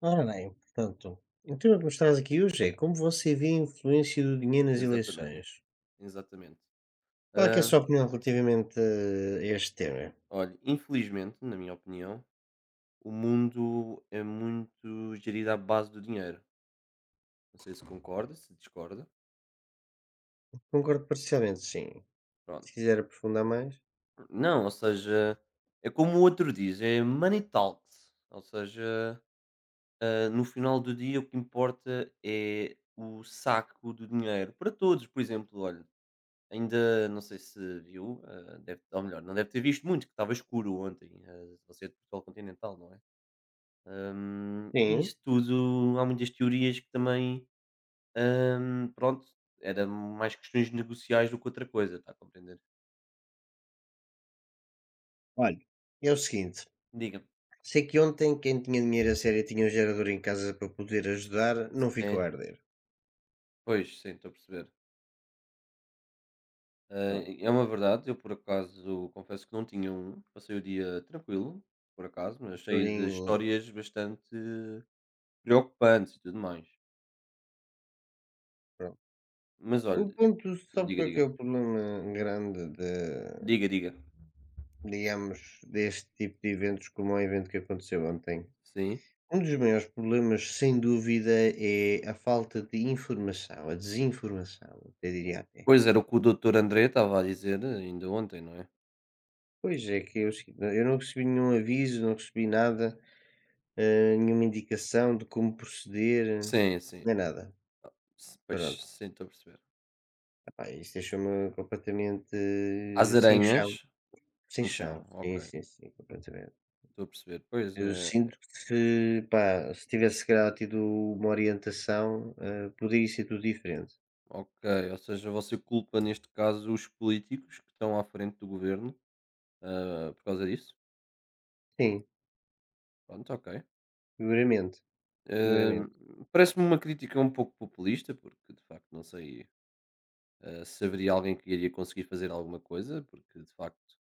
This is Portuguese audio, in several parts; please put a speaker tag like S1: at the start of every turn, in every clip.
S1: Ora bem, portanto, o tema que nos traz aqui hoje é como você vê a influência do dinheiro nas
S2: Exatamente,
S1: eleições?
S2: exatamente.
S1: Qual é que é a
S2: Hã,
S1: sua opinião relativamente a este tema?
S2: olha, infelizmente, na minha opinião, o mundo é muito gerido à base do dinheiro. Não sei se concorda, se discorda.
S1: Concordo parcialmente, sim. Se
S2: Pronto.
S1: quiser aprofundar mais.
S2: Não, ou seja, é como o outro diz, é money talks. Ou seja, no final do dia o que importa é o saco do dinheiro para todos. Por exemplo, olha, ainda não sei se viu, deve ou melhor, não deve ter visto muito, que estava escuro ontem. Você é de Portugal continental, não é? E
S1: Sim.
S2: isso tudo, há muitas teorias que também, pronto, era mais questões negociais do que outra coisa, está a compreender?
S1: Olha, é o seguinte,
S2: Diga-me.
S1: sei que ontem quem tinha dinheiro a sério e tinha um gerador em casa para poder ajudar, não ficou a
S2: Sim,
S1: arder.
S2: pois, sim, estou a perceber.
S1: Pronto.
S2: É uma verdade, eu por acaso confesso que não tinha um, passei o dia tranquilo, por acaso, mas
S1: Tudo
S2: cheio de
S1: em-
S2: histórias bastante preocupantes e tudo mais.
S1: Pronto.
S2: Mas
S1: O
S2: olha,
S1: ponto, sabe
S2: diga,
S1: qual é que
S2: diga,
S1: é o problema grande de,
S2: diga, diga,
S1: digamos, deste tipo de eventos como o evento que aconteceu ontem?
S2: sim.
S1: Um dos maiores problemas, sem dúvida, é a falta de informação, a desinformação, eu diria até.
S2: Pois era o que o doutor André estava a dizer ainda ontem, não é?
S1: Pois é, que é eu não recebi nenhum aviso, não recebi nada, nenhuma indicação de como proceder,
S2: Sim, sim.
S1: nem nada.
S2: S pois,
S1: Pronto,
S2: sim, estou a perceber.
S1: epá, isso deixou-me completamente
S2: Às
S1: sem chão,
S2: aranhas
S1: sem
S2: em chão,
S1: chão, sim,
S2: ok,
S1: sim, sim, completamente.
S2: estou a perceber. Pois
S1: Eu
S2: é,
S1: sinto que se, pá, se tivesse se calhar tido uma orientação, poderia ser tudo diferente.
S2: ok, ou seja, você culpa neste caso os políticos que estão à frente do governo, por causa disso?
S1: Sim,
S2: Pronto, ok.
S1: seguramente,
S2: Hum,
S1: seguramente.
S2: parece-me uma crítica um pouco populista, porque de facto não sei, se haveria alguém que iria conseguir fazer alguma coisa, porque de facto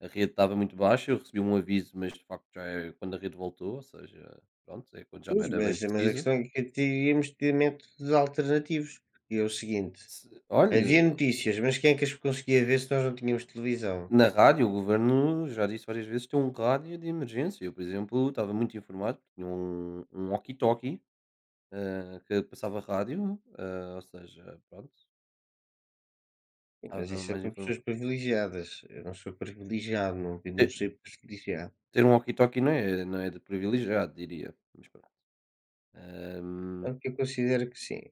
S2: a rede estava muito baixa, eu recebi um aviso, mas de facto já é quando a rede voltou, ou seja, pronto, é quando já não
S1: Pois,
S2: era bem
S1: mas a
S2: preciso.
S1: questão é que teríamos de ter métodos alternativos, e é o seguinte:
S2: Se, olha,
S1: havia notícias, mas quem é que as conseguia ver se nós não tínhamos televisão?
S2: na rádio, o governo já disse várias vezes tem um rádio de emergência. Eu, por exemplo, estava muito informado, tinha um walkie-talkie que passava rádio, ou seja, pronto,
S1: Sim, mas
S2: estava
S1: isso é
S2: mais
S1: para pessoas
S2: informado.
S1: privilegiadas. Eu não sou privilegiado, não, não
S2: Ter,
S1: sei privilegiado.
S2: ter um walkie-talkie não é, não é de privilegiado, diria. Mas pronto. Ahm,
S1: É o que eu considero que sim.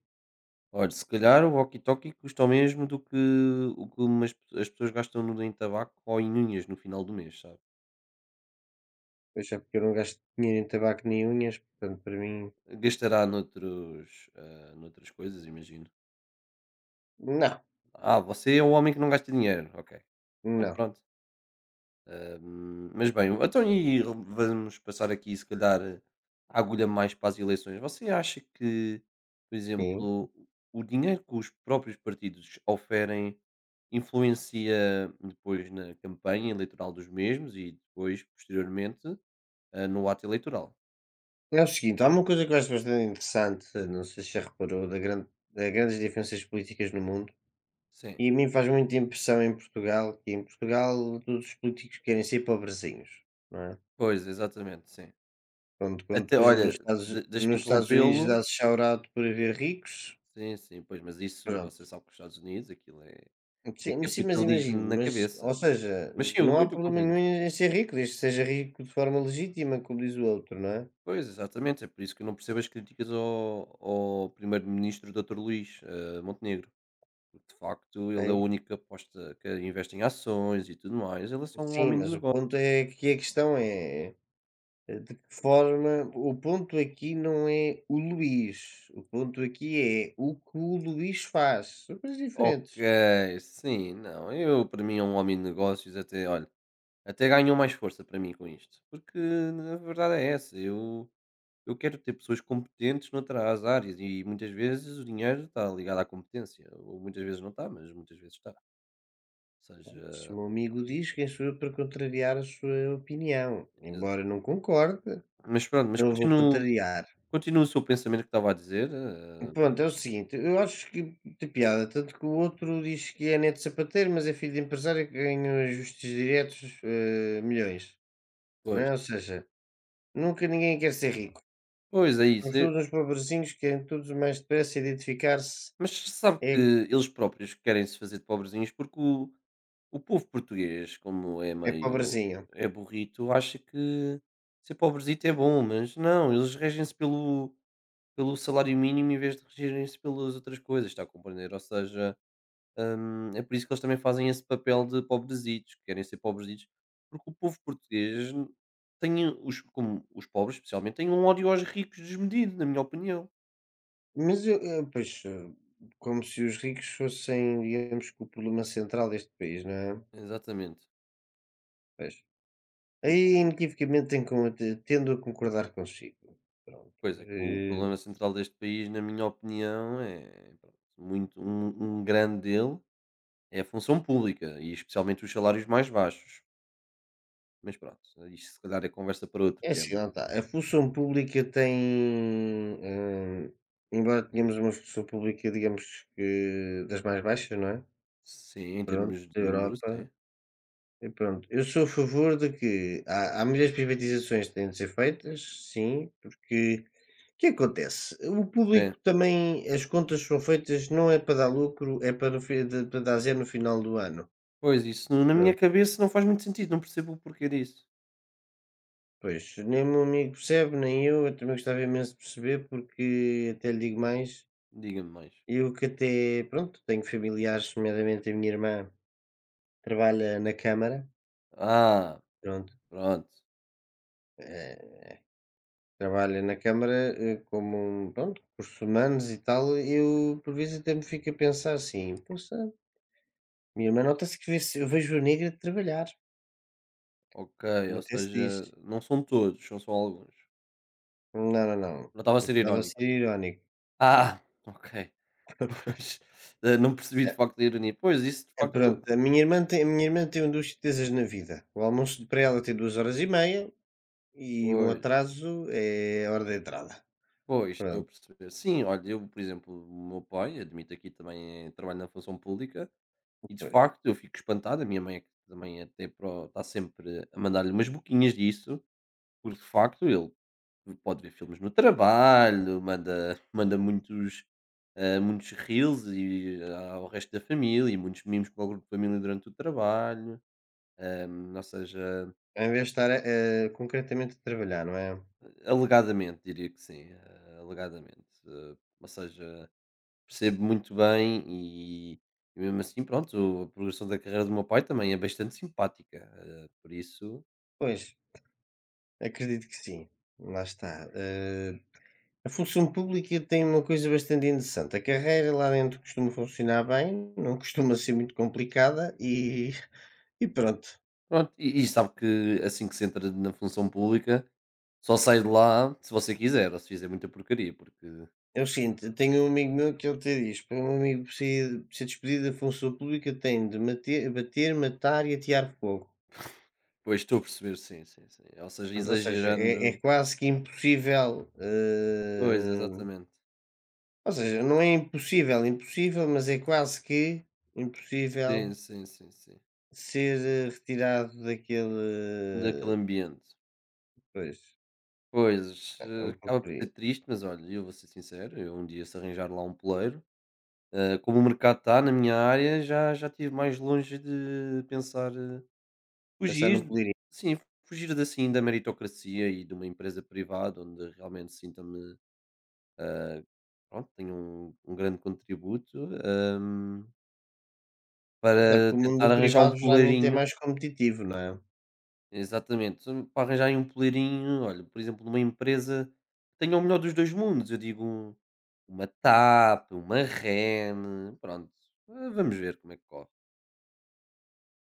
S2: olha, se calhar o walkie-talkie custa o mesmo do que o que as pessoas gastam no, em tabaco ou em unhas no final do mês, sabe?
S1: Pois é, porque eu não gasto dinheiro em tabaco nem unhas, portanto, para mim,
S2: Gastará noutros, noutras coisas, imagino.
S1: não,
S2: Ah, você é o homem que não gasta dinheiro. Ok. Então
S1: não,
S2: pronto. Mas bem, então e vamos passar aqui, se calhar, a agulha mais para as eleições. Você acha que, por
S1: sim.
S2: exemplo, o dinheiro que os próprios partidos oferem influencia depois na campanha eleitoral dos mesmos e depois, posteriormente, no ato eleitoral?
S1: É o seguinte: há uma coisa que eu acho bastante interessante, não sei se já reparou, da grande, das grandes diferenças políticas no mundo.
S2: Sim,
S1: E a mim faz muita impressão em Portugal, que em Portugal todos os políticos querem ser pobrezinhos, não é?
S2: pois, exatamente, sim.
S1: Quando, quando
S2: Até,
S1: por exemplo,
S2: olha, deixa-me
S1: Nos Estados Unidos
S2: interrompê-lo.
S1: dá-se chaurado por haver ricos,
S2: Sim, sim, pois, mas isso você
S1: pronto.
S2: sabe que os Estados Unidos, aquilo é
S1: Sim, sim, mas
S2: capitalismo
S1: imagino,
S2: na
S1: mas,
S2: cabeça.
S1: ou seja,
S2: Mas sim,
S1: não
S2: eu
S1: há
S2: te
S1: problema nenhum
S2: compreendo.
S1: em ser rico, desde que seja rico de forma legítima, como diz o outro, não é?
S2: Pois, exatamente, é por isso que eu não percebo as críticas ao primeiro-ministro Doutor Luís, Montenegro, porque de facto ele é o
S1: Ok?
S2: único que aposta que investe em ações e tudo mais, ele é só um
S1: Sim,
S2: homem de
S1: mas o
S2: negócio.
S1: ponto é que a questão é de que forma. O ponto aqui não é o Luís, o ponto aqui é o que o Luís faz. São coisas
S2: Ok,
S1: diferentes.
S2: sim, não, eu para mim é um homem de negócios até, olha, até ganhou mais força para mim com isto, porque a verdade é essa, eu quero ter pessoas competentes noutras áreas e muitas vezes o dinheiro está ligado à competência, ou muitas vezes não está, mas muitas vezes está. Ou
S1: Se
S2: seja,
S1: o meu amigo diz, quem sou eu para contrariar a sua opinião?
S2: ex
S1: Embora eu não concorde,
S2: mas pronto, mas
S1: não vou
S2: continuo
S1: contrariar.
S2: continuo o seu pensamento que estava a dizer,
S1: Pronto, é o seguinte, eu acho que de piada, tanto que o outro diz que é neto de sapateiro, mas é filho de empresário que ganha ajustes diretos milhões, não
S2: pois,
S1: é? Ou seja, nunca ninguém quer ser rico.
S2: pois é isso,
S1: Somos todos uns pobrezinhos que querem todos o mais depressa identificar-se
S2: mas sabe que
S1: é,
S2: eles próprios querem se fazer de pobrezinhos porque o povo português, como é
S1: é
S2: meio
S1: pobrezinho.
S2: é burrito, acha que ser pobrezito é bom, mas não, eles regem-se pelo salário mínimo em vez de regerem-se pelas outras coisas, está a compreender? Ou seja, é por isso que eles também fazem esse papel de pobrezitos, que querem ser pobrezitos, porque o povo português tem, como os pobres especialmente, têm um ódio aos ricos desmedido, na minha opinião.
S1: Mas eu, pois, como se os ricos fossem, digamos, que o problema central deste país, não é?
S2: Exatamente.
S1: Pois. Aí,
S2: Porque,
S1: inequivocamente, tenho con te tendo a concordar consigo. Pronto,
S2: pois é, que o
S1: eh,
S2: problema central deste país, na minha opinião, é pronto, muito um grande dele é a função pública e especialmente os salários mais baixos. Mas pronto, isto se calhar é conversa para outro
S1: é assim,
S2: tema.
S1: lá está, a função pública tem, hum, embora tenhamos uma função pública, digamos que das mais baixas, não é,
S2: Sim, em
S1: pronto,
S2: termos
S1: da
S2: de números,
S1: Europa,
S2: sim.
S1: e pronto. Eu sou a favor de que há muitas privatizações que têm de ser feitas, sim, porque o que acontece? O
S2: Sim.
S1: público também as contas são feitas não é para dar lucro, é para o fi de para dar zero no final do ano,
S2: Pois, isso na minha
S1: pronto.
S2: cabeça não faz muito sentido, não percebo o porquê disso.
S1: Pois, nem o meu amigo percebe, nem eu, eu também gostava imenso de perceber, porque até lhe digo mais,
S2: Diga-me mais.
S1: eu que até, pronto, tenho familiares, nomeadamente a minha irmã trabalha na Câmara,
S2: Ah,
S1: pronto,
S2: pronto.
S1: eh, trabalha na Câmara como, um, pronto, recursos humanos e tal, eu por vezes até me fico a pensar assim, poxa, minha irmã nota-se que vê eu vejo a negra de trabalhar,
S2: Ok, ou
S1: até se diz,
S2: seja, não são todos, são só alguns.
S1: não, não,
S2: Não estava a
S1: não,
S2: ser
S1: estava a
S2: irónico.
S1: ser irónico.
S2: Ah, ok. Pois, não percebi de facto a ironia. Pois, isso de
S1: É,
S2: facto.
S1: pronto, a minha irmã tem 2 certezas na vida. O almoço de- para ela tem 2 horas e meia e um
S2: Pois,
S1: atraso é a hora da entrada.
S2: pois, estou a
S1: Pronto,
S2: perceber. Sim, olha, eu, por exemplo, o meu pai, admito aqui também, trabalho na função pública e de
S1: pois.
S2: facto eu fico espantado. A minha mãe é que também até pro, está sempre a mandar-lhe umas boquinhas disso, porque de facto ele pode ver filmes no trabalho, manda muitos, muitos reels e ao resto da família e muitos memes para o grupo de família durante o trabalho, ou seja,
S1: Em vez de estar, concretamente a trabalhar, não é?
S2: alegadamente diria que sim, alegadamente. Ou seja, percebo muito bem e e mesmo assim pronto, a progressão da carreira do meu pai também é bastante simpática, por isso
S1: Pois, acredito que sim, lá está. A função pública tem uma coisa bastante interessante, a carreira lá dentro costuma funcionar bem, não costuma ser muito complicada e e pronto.
S2: pronto, e sabe que assim que se entra na função pública, só sai de lá se você quiser, ou se fizer muita porcaria, porque
S1: É o seguinte, eu tenho um amigo meu que ele até diz: para um amigo ser, ser despedido da função pública tem de bater, matar e atear fogo.
S2: pois estou a perceber, sim, sim, sim. Ou seja,
S1: Portanto, ou seja, é
S2: exagerando.
S1: quase que impossível.
S2: Pois, exatamente.
S1: Ou seja, não é impossível, impossível, mas é quase que impossível
S2: Sim, sim, sim, sim.
S1: ser retirado
S2: Daquele
S1: daquele.
S2: ambiente.
S1: Pois,
S2: Pois,
S1: é um pouco
S2: acaba por
S1: por aí.
S2: ser triste, mas olha, eu vou ser sincero, eu um dia se arranjar lá um poleiro, como o mercado está na minha área, já estive mais longe de pensar
S1: Pensar no
S2: fugir,
S1: poderia.
S2: sim, fugir de, assim da meritocracia e de uma empresa privada onde realmente sinta-me, pronto, tenho um grande contributo, hum,
S1: Até
S2: para
S1: porque o mundo
S2: tentar
S1: do
S2: arranjar um
S1: privado geralmente é
S2: poleirinho,
S1: mais competitivo, não é?
S2: exatamente, para arranjar aí um poleirinho, olha, por exemplo, numa empresa que tenha o melhor dos 2 mundos, eu digo um, uma TAP, uma REN, pronto, vamos ver como é que corre.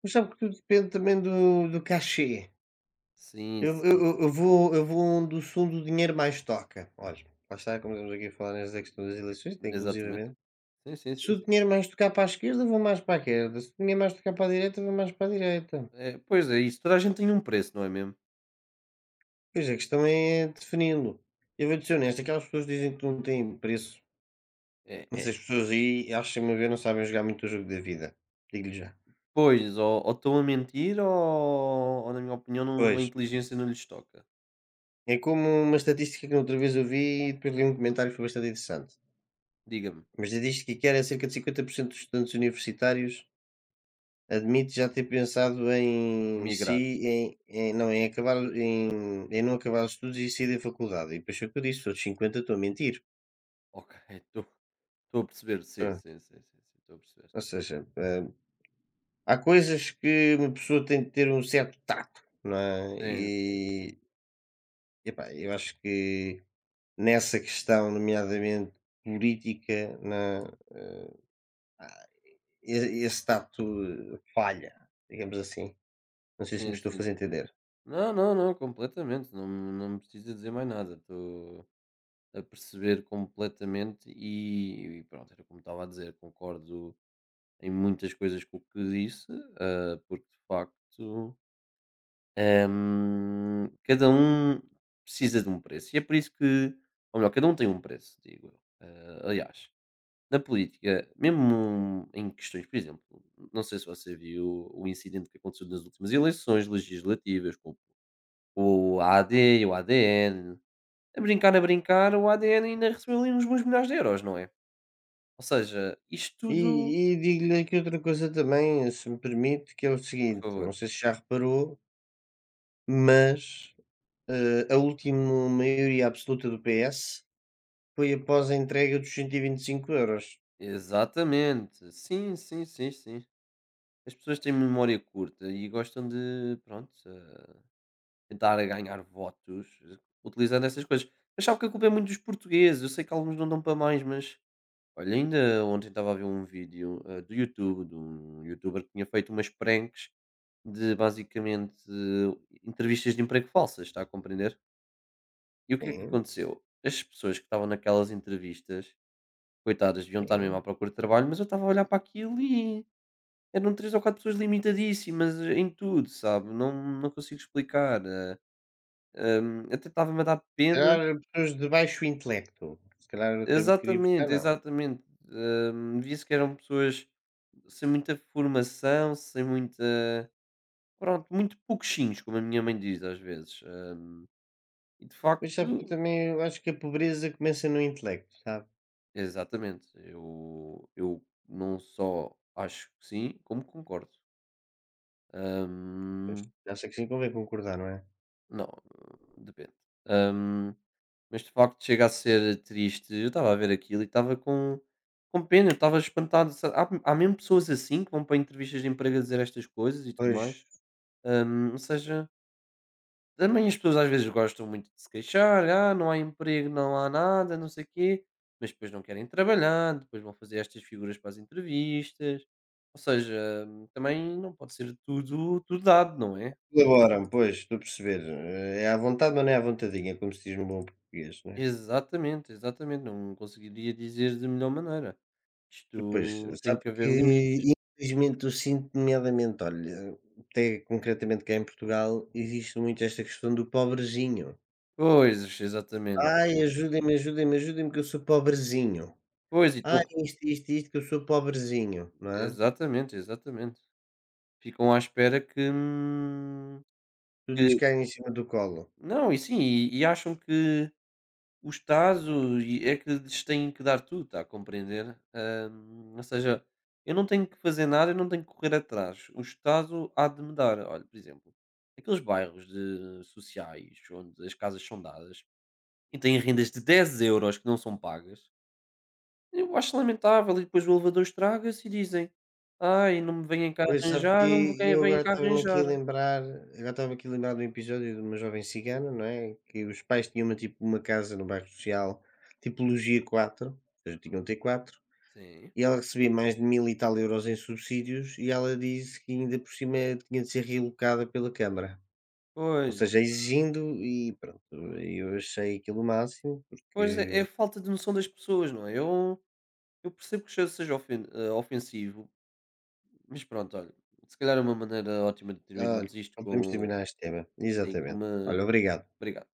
S1: Mas sabe que tudo depende também do cachê.
S2: Sim,
S1: Eu eu
S2: sim,
S1: eu eu vou eu vou onde o som do dinheiro mais toca. Olha, lá está, como estamos aqui a falar nesta questão das eleições, até
S2: exatamente.
S1: inclusivamente,
S2: Sim, sim,
S1: se
S2: sim,
S1: o
S2: sim.
S1: dinheiro mais tocar para a esquerda, vou mais para a esquerda, se o dinheiro mais tocar para a direita, vou mais para a direita.
S2: Pois é isso, toda a gente tem um preço, não é mesmo?
S1: Pois a questão é definindo lo eu vou dizer ser honesto, aquelas pessoas dizem que não têm preço,
S2: É é
S1: essas pessoas aí, acho-me a ver, não sabem jogar muito o jogo da vida, digo-lhe já.
S2: Pois, ou estão a mentir ou na minha opinião não a
S1: Pois,
S2: inteligência não lhes toca.
S1: é como uma estatística que na outra vez eu vi e depois li um comentário que foi bastante interessante.
S2: Diga-me,
S1: Uma estatística que era cerca de 50% dos estudantes universitários admite já ter pensado em
S2: emigrar.
S1: si, não, em não acabar os estudos e sair da faculdade. E depois foi o que eu disse, todos 50 estou a mentir.
S2: Ok, estou a perceber, sim,
S1: Ah,
S2: sim, sim, sim, sim, estou a perceber.
S1: ou seja, há coisas que uma pessoa tem de ter um certo tato, não é?
S2: Sim, sim,
S1: E, epá, eu acho que nessa questão, nomeadamente política, não é? Ah, esse tato falha, digamos assim. Não sei se me
S2: sim, sim,
S1: estou a
S2: sim.
S1: fazer entender.
S2: Não, não, não, completamente, não me precisa dizer mais nada, estou a perceber completamente e pronto, era como estava a dizer, concordo em muitas coisas com o que disse, porque de facto cada um precisa de um preço e é por isso que, ou melhor, cada um tem um preço, digo eu. Aliás, na política, mesmo em questões, por exemplo, não sei se você viu o incidente que aconteceu nas últimas eleições legislativas com o AD e o ADN. A brincar, o ADN ainda recebeu ali uns bons milhares de euros, não é? Ou seja, isto tudo,
S1: E digo-lhe aqui outra coisa também, se me permite, que é o
S2: por
S1: seguinte, não
S2: favor.
S1: sei se já reparou, mas, a última maioria absoluta do PS foi após a entrega dos 125€.
S2: Exatamente. Sim, sim, sim, sim. As pessoas têm memória curta e gostam de, pronto, tentar ganhar votos utilizando essas coisas. Mas sabe que a culpa é muito dos portugueses. Eu sei que alguns não dão para mais, mas olha, ainda ontem estava a ver um vídeo do YouTube, de um youtuber que tinha feito umas pranks de basicamente entrevistas de emprego falsas, está a compreender? E o que é que
S1: Sim,
S2: aconteceu? As pessoas que estavam naquelas entrevistas, coitadas, deviam estar mesmo
S1: sim.
S2: à procura de trabalho, mas eu estava a olhar para aquilo e eram 3 ou 4 pessoas limitadíssimas em tudo, sabe, não consigo explicar, até estava-me a dar
S1: Se calhar
S2: pena
S1: pessoas de baixo intelecto, se calhar o termo que queria buscar
S2: exatamente,
S1: não.
S2: exatamente, via-se que eram pessoas sem muita formação, sem muita pronto, muito pouquinhos como a minha mãe diz às vezes, e de
S1: Mas sabe que eu
S2: facto
S1: também eu acho que a pobreza começa no intelecto, sabe?
S2: exatamente, eu não só acho que sim, como concordo.
S1: Pois,
S2: Hum
S1: já sei que sim, convém concordar, não é?
S2: Não, depende. Hum, mas de facto chega a ser triste. Eu estava a ver aquilo e estava com pena, eu estava espantado. Há, há mesmo pessoas assim que vão para entrevistas de emprego a dizer estas coisas e tudo
S1: Pois,
S2: mais. Ou seja, também as pessoas às vezes gostam muito de se queixar, não há emprego, não há nada, não sei o quê, mas depois não querem trabalhar, depois vão fazer estas figuras para as entrevistas. Ou seja, também não pode ser tudo, tudo dado, não é?
S1: colaboram, pois, estou a perceber. É à vontade, mas não é à vontadinha, como se diz no bom português, não é?
S2: Exatamente, exatamente, não conseguiria dizer de melhor maneira.
S1: Pois,
S2: Isto tem
S1: sabe
S2: que haver
S1: que
S2: limites.
S1: infelizmente eu sinto, nomeadamente, olha, até concretamente cá em Portugal, existe muito esta questão do pobrezinho.
S2: Pois, exatamente. É.
S1: Ai, ajudem-me, ajudem-me, ajudem-me que eu sou pobrezinho.
S2: Pois, e tu
S1: Ai, isto, que eu sou pobrezinho, não é?
S2: exatamente, exatamente. Ficam à espera
S1: Tudo lhes
S2: que
S1: cai em cima do colo.
S2: não, e sim, e acham que o Estado e é que lhes têm que dar tudo, está a compreender? Ou seja, eu não tenho que fazer nada, eu não tenho que correr atrás. O Estado há de me dar. Olha, por exemplo, aqueles bairros de sociais onde as casas são dadas, e têm rendas de 10 euros que não são pagas, eu acho lamentável. E depois o elevador estraga-se e dizem: "Ai, não me venham cá
S1: Pois, sabe
S2: arranjar, não me
S1: que
S2: venham
S1: eu
S2: venham
S1: agora
S2: cá
S1: estava-me
S2: arranjar".
S1: aqui a lembrar, agora estava aqui a lembrar de um episódio de uma jovem cigana, não é? Que os pais tinham uma, tipo, uma casa no bairro social, tipologia 4 ou seja, tinham T4,
S2: Sim,
S1: e ela recebia mais de 1000 e tal euros em subsídios e ela disse que ainda por cima tinha de ser realocada pela Câmara. Ou
S2: pois.
S1: seja, exigindo e pronto, eu achei aquilo o máximo,
S2: Pois é, é
S1: porque
S2: falta de noção das pessoas, não é? Eu percebo que já seja ofen ofensivo, mas pronto, olha, se calhar é uma maneira ótima de
S1: olha,
S2: terminarmos isto
S1: não podemos
S2: com
S1: terminar este tema.
S2: sim, com
S1: Exatamente.
S2: uma
S1: Olha, obrigado.
S2: obrigado.